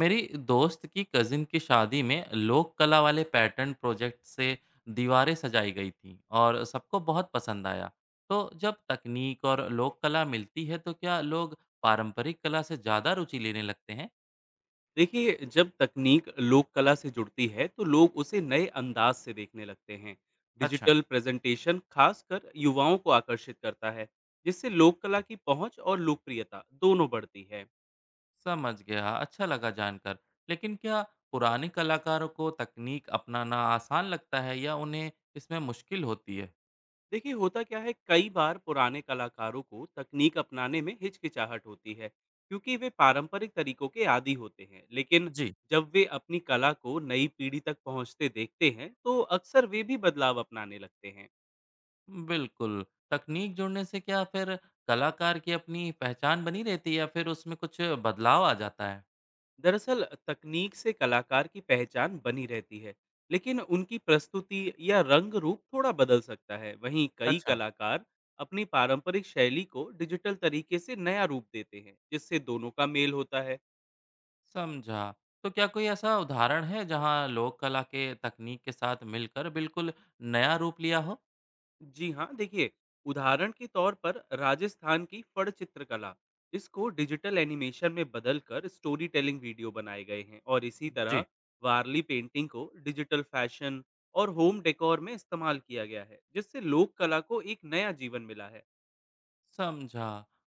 मेरी दोस्त की कजिन की शादी में लोक कला वाले पैटर्न प्रोजेक्ट से दीवारें सजाई गई थी और सबको बहुत पसंद आया। तो जब तकनीक और लोक कला मिलती है तो क्या लोग पारंपरिक कला से ज़्यादा रुचि लेने लगते हैं? देखिए। जब तकनीक लोक कला से जुड़ती है तो लोग उसे नए अंदाज से देखने लगते हैं। अच्छा। डिजिटल प्रेजेंटेशन खासकर युवाओं को आकर्षित करता है, जिससे लोक कला की पहुंच और लोकप्रियता दोनों बढ़ती है। समझ गया, अच्छा लगा जानकर। लेकिन क्या पुराने कलाकारों को तकनीक अपनाना आसान लगता है या उन्हें इसमें मुश्किल होती है? देखिए, होता क्या है, कई बार पुराने कलाकारों को तकनीक अपनाने में हिचकिचाहट होती है क्योंकि वे पारंपरिक तरीकों के आदि होते हैं, लेकिन जी। जब वे अपनी कला को नई पीढ़ी तक पहुंचते देखते हैं तो अक्सर वे भी बदलाव अपनाने लगते हैं। बिल्कुल। तकनीक जुड़ने से क्या फिर कलाकार की अपनी पहचान बनी रहती है या फिर उसमें कुछ बदलाव आ जाता है? दरअसल तकनीक से कलाकार की पहचान बनी रहती है, लेकिन उनकी प्रस्तुति या रंग रूप थोड़ा बदल सकता है। वहीं कई अच्छा। कलाकार अपनी पारंपरिक शैली को डिजिटल तरीके से नया रूप देते हैं, जिससे दोनों का मेल होता है। समझा। तो क्या कोई ऐसा उदाहरण है जहाँ लोक कला के तकनीक के साथ मिलकर बिल्कुल नया रूप लिया हो? जी हाँ, देखिए, उदाहरण के तौर पर राजस्थान की फड़ चित्रकला इसको डिजिटल एनिमेशन में बदलकर स्टोरी टेलिंग वीडियो बनाए गए हैं, और इसी तरह जी। वारली पेंटिंग को डिजिटल फैशन और होम डेकोर में इस्तेमाल किया गया है, जिससे लोक कला को एक नया जीवन मिला है। समझा।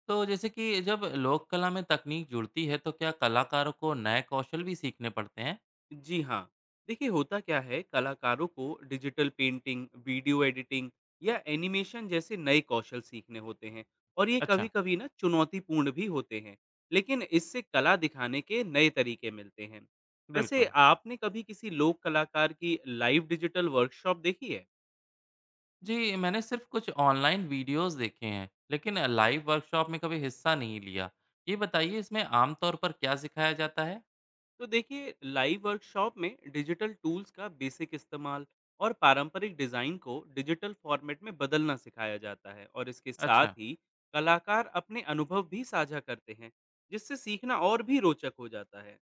तो जैसे कि जब लोक कला में तकनीक जुड़ती है तो क्या कलाकारों को नए कौशल भी सीखने पड़ते हैं? जी हाँ, देखिए, होता क्या है, कलाकारों को डिजिटल पेंटिंग, वीडियो एडिटिंग या एनिमेशन जैसे नए कौशल सीखने होते हैं, और ये अच्छा। कभी-कभी ना चुनौतीपूर्ण भी होते हैं, लेकिन इससे कला दिखाने के नए तरीके मिलते हैं। वैसे बिल्कुल। आपने कभी किसी लोक कलाकार की लाइव डिजिटल वर्कशॉप देखी है? जी, मैंने सिर्फ कुछ ऑनलाइन वीडियोस देखे हैं, लेकिन लाइव वर्कशॉप में कभी हिस्सा नहीं लिया। ये बताइए इसमें आमतौर पर क्या सिखाया जाता है? तो देखिए, लाइव वर्कशॉप में डिजिटल टूल्स का बेसिक इस्तेमाल और पारंपरिक डिज़ाइन को डिजिटल फॉर्मेट में बदलना सिखाया जाता है, और इसके अच्छा। साथ ही कलाकार अपने अनुभव भी साझा करते हैं, जिससे सीखना और भी रोचक हो जाता है।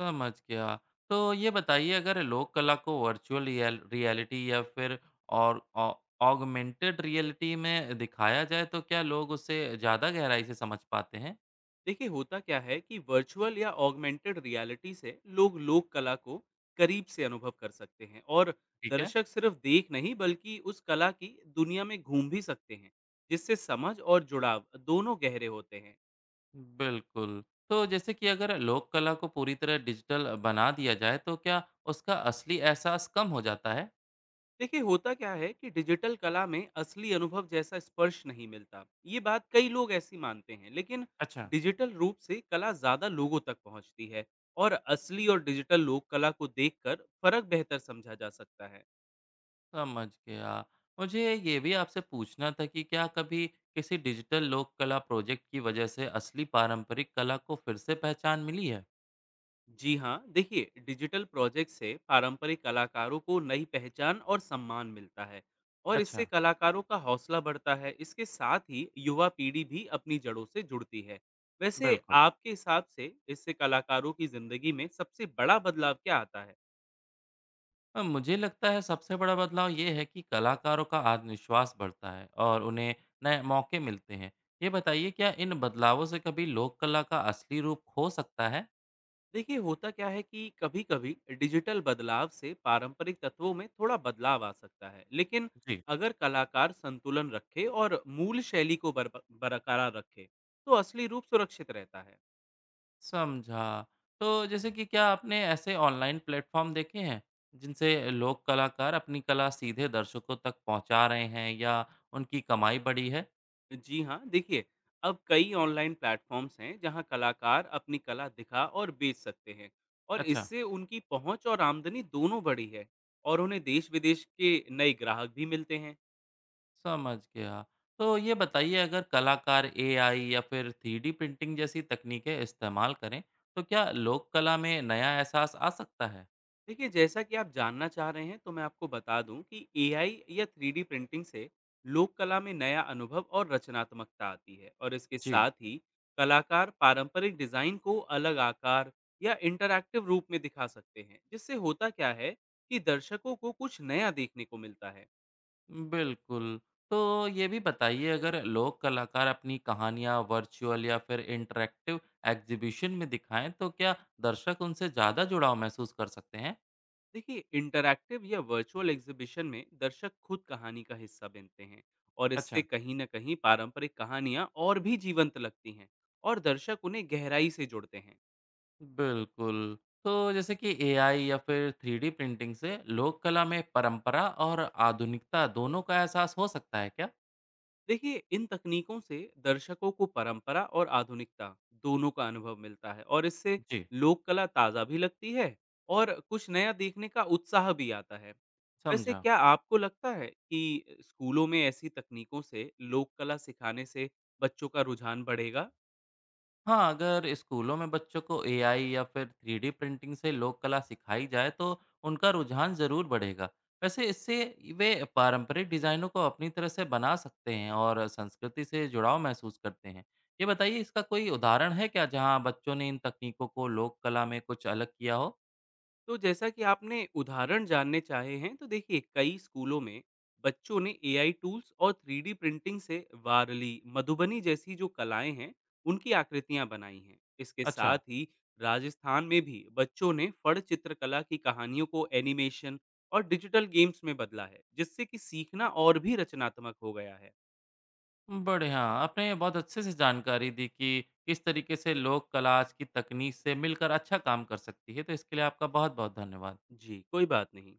समझ गया। तो ये बताइए अगर लोक कला को वर्चुअल रियलिटी या फिर और ऑ ऑगमेंटेड रियलिटी में दिखाया जाए तो क्या लोग उसे ज़्यादा गहराई से समझ पाते हैं? देखिए, होता क्या है कि वर्चुअल या ऑगमेंटेड रियलिटी से लोग लोक कला को करीब से अनुभव कर सकते हैं, और ठीक है। दर्शक सिर्फ देख नहीं बल्कि उस कला की दुनिया में घूम भी सकते हैं, जिससे समझ और जुड़ाव दोनों गहरे होते हैं। बिल्कुल। तो जैसे कि अगर लोक कला को पूरी तरह डिजिटल बना दिया जाए तो क्या उसका असली एहसास कम हो जाता है? देखिए, होता क्या है कि डिजिटल कला में असली अनुभव जैसा स्पर्श नहीं मिलता, ये बात कई लोग ऐसी मानते हैं, लेकिन अच्छा। डिजिटल रूप से कला ज्यादा लोगों तक पहुंचती है, और असली और डिजिटल लोक कला को देखकर फर्क बेहतर समझा जा सकता है। समझ गया। मुझे ये भी आपसे पूछना था कि क्या कभी किसी डिजिटल लोक कला प्रोजेक्ट की वजह से असली पारंपरिक कला को फिर से पहचान मिली है? जी हाँ, देखिए, डिजिटल प्रोजेक्ट से पारंपरिक कलाकारों को नई पहचान और सम्मान मिलता है, और इससे अच्छा। कलाकारों का हौसला बढ़ता है। इसके साथ ही युवा पीढ़ी भी अपनी जड़ों से जुड़ती है। वैसे बिल्कुल। आपके हिसाब से इससे कलाकारों की जिंदगी में सबसे बड़ा बदलाव क्या आता है? मुझे लगता है सबसे बड़ा बदलाव ये है कि कलाकारों का आत्मविश्वास बढ़ता है और उन्हें नए मौके मिलते हैं। ये बताइए क्या इन बदलावों से कभी लोक कला का असली रूप खो सकता है? देखिए, होता क्या है कि कभी कभी डिजिटल बदलाव से पारंपरिक तत्वों में थोड़ा बदलाव आ सकता है, लेकिन जी। अगर कलाकार संतुलन रखे और मूल शैली को बरकरार रखे तो असली रूप सुरक्षित रहता है। समझा। तो जैसे कि क्या आपने ऐसे ऑनलाइन प्लेटफ़ॉर्म देखे हैं, जिनसे लोक कलाकार अपनी कला सीधे दर्शकों तक पहुँचा रहे हैं या उनकी कमाई बढ़ी है? जी हाँ, देखिए, अब कई ऑनलाइन प्लेटफॉर्म्स हैं जहाँ कलाकार अपनी कला दिखा और बेच सकते हैं, और अच्छा। इससे उनकी पहुंच और आमदनी दोनों बढ़ी है, और उन्हें देश विदेश के नए ग्राहक भी मिलते हैं। समझ गया। तो ये बताइए अगर कलाकार एआई या फिर 3D प्रिंटिंग जैसी तकनीकें इस्तेमाल करें, तो क्या लोक कला में नया एहसास आ सकता है? देखिए, जैसा कि आप जानना चाह रहे हैं, तो मैं आपको बता दूं कि एआई या 3D प्रिंटिंग से लोक कला में नया अनुभव और रचनात्मकता आती है, और इसके जी। साथ ही कलाकार पारंपरिक डिजाइन को अलग आकार या इंटरैक्टिव रूप में दिखा सकते हैं, जिससे होता क्या है कि दर्शकों को कुछ नया देखने को मिलता है। बिल्कुल। तो ये भी बताइए अगर लोक कलाकार अपनी कहानियाँ वर्चुअल या फिर इंटरैक्टिव एग्ज़िबिशन में दिखाएँ तो क्या दर्शक उनसे ज़्यादा जुड़ाव महसूस कर सकते हैं? देखिए, इंटरैक्टिव या वर्चुअल एग्जीबिशन में दर्शक खुद कहानी का हिस्सा बनते हैं, और इससे अच्छा। कहीं ना कहीं पारंपरिक कहानियां और भी जीवंत लगती हैं, और दर्शक उन्हें गहराई से जुड़ते हैं। बिल्कुल। तो जैसे कि एआई या फिर 3D प्रिंटिंग से लोक कला में परंपरा और आधुनिकता दोनों का एहसास हो सकता है क्या? देखिए, इन तकनीकों से दर्शकों को परंपरा और आधुनिकता दोनों का अनुभव मिलता है, और इससे जी। लोक कला ताज़ा भी लगती है, और कुछ नया देखने का उत्साह भी आता है। वैसे समझा। क्या आपको लगता है कि स्कूलों में ऐसी तकनीकों से लोक कला सिखाने से बच्चों का रुझान बढ़ेगा? हाँ, अगर स्कूलों में बच्चों को एआई या फिर 3D प्रिंटिंग से लोक कला सिखाई जाए तो उनका रुझान ज़रूर बढ़ेगा। वैसे इससे वे पारंपरिक डिज़ाइनों को अपनी तरह से बना सकते हैं और संस्कृति से जुड़ाव महसूस करते हैं। ये बताइए इसका कोई उदाहरण है क्या जहाँ बच्चों ने इन तकनीकों को लोक कला में कुछ अलग किया हो? तो जैसा कि आपने उदाहरण जानने चाहे हैं, तो देखिए, कई स्कूलों में बच्चों ने एआई टूल्स और 3D प्रिंटिंग से वारली मधुबनी जैसी जो कलाएं हैं उनकी आकृतियां बनाई हैं। इसके साथ अच्छा। ही राजस्थान में भी बच्चों ने फड़ चित्रकला की कहानियों को एनिमेशन और डिजिटल गेम्स में बदला है, जिससे कि सीखना और भी रचनात्मक हो गया है। बढ़िया। आपने बहुत अच्छे से जानकारी दी कि किस तरीके से लोक कला आज की तकनीक से मिलकर अच्छा काम कर सकती है। तो इसके लिए आपका बहुत-बहुत धन्यवाद। जी, कोई बात नहीं।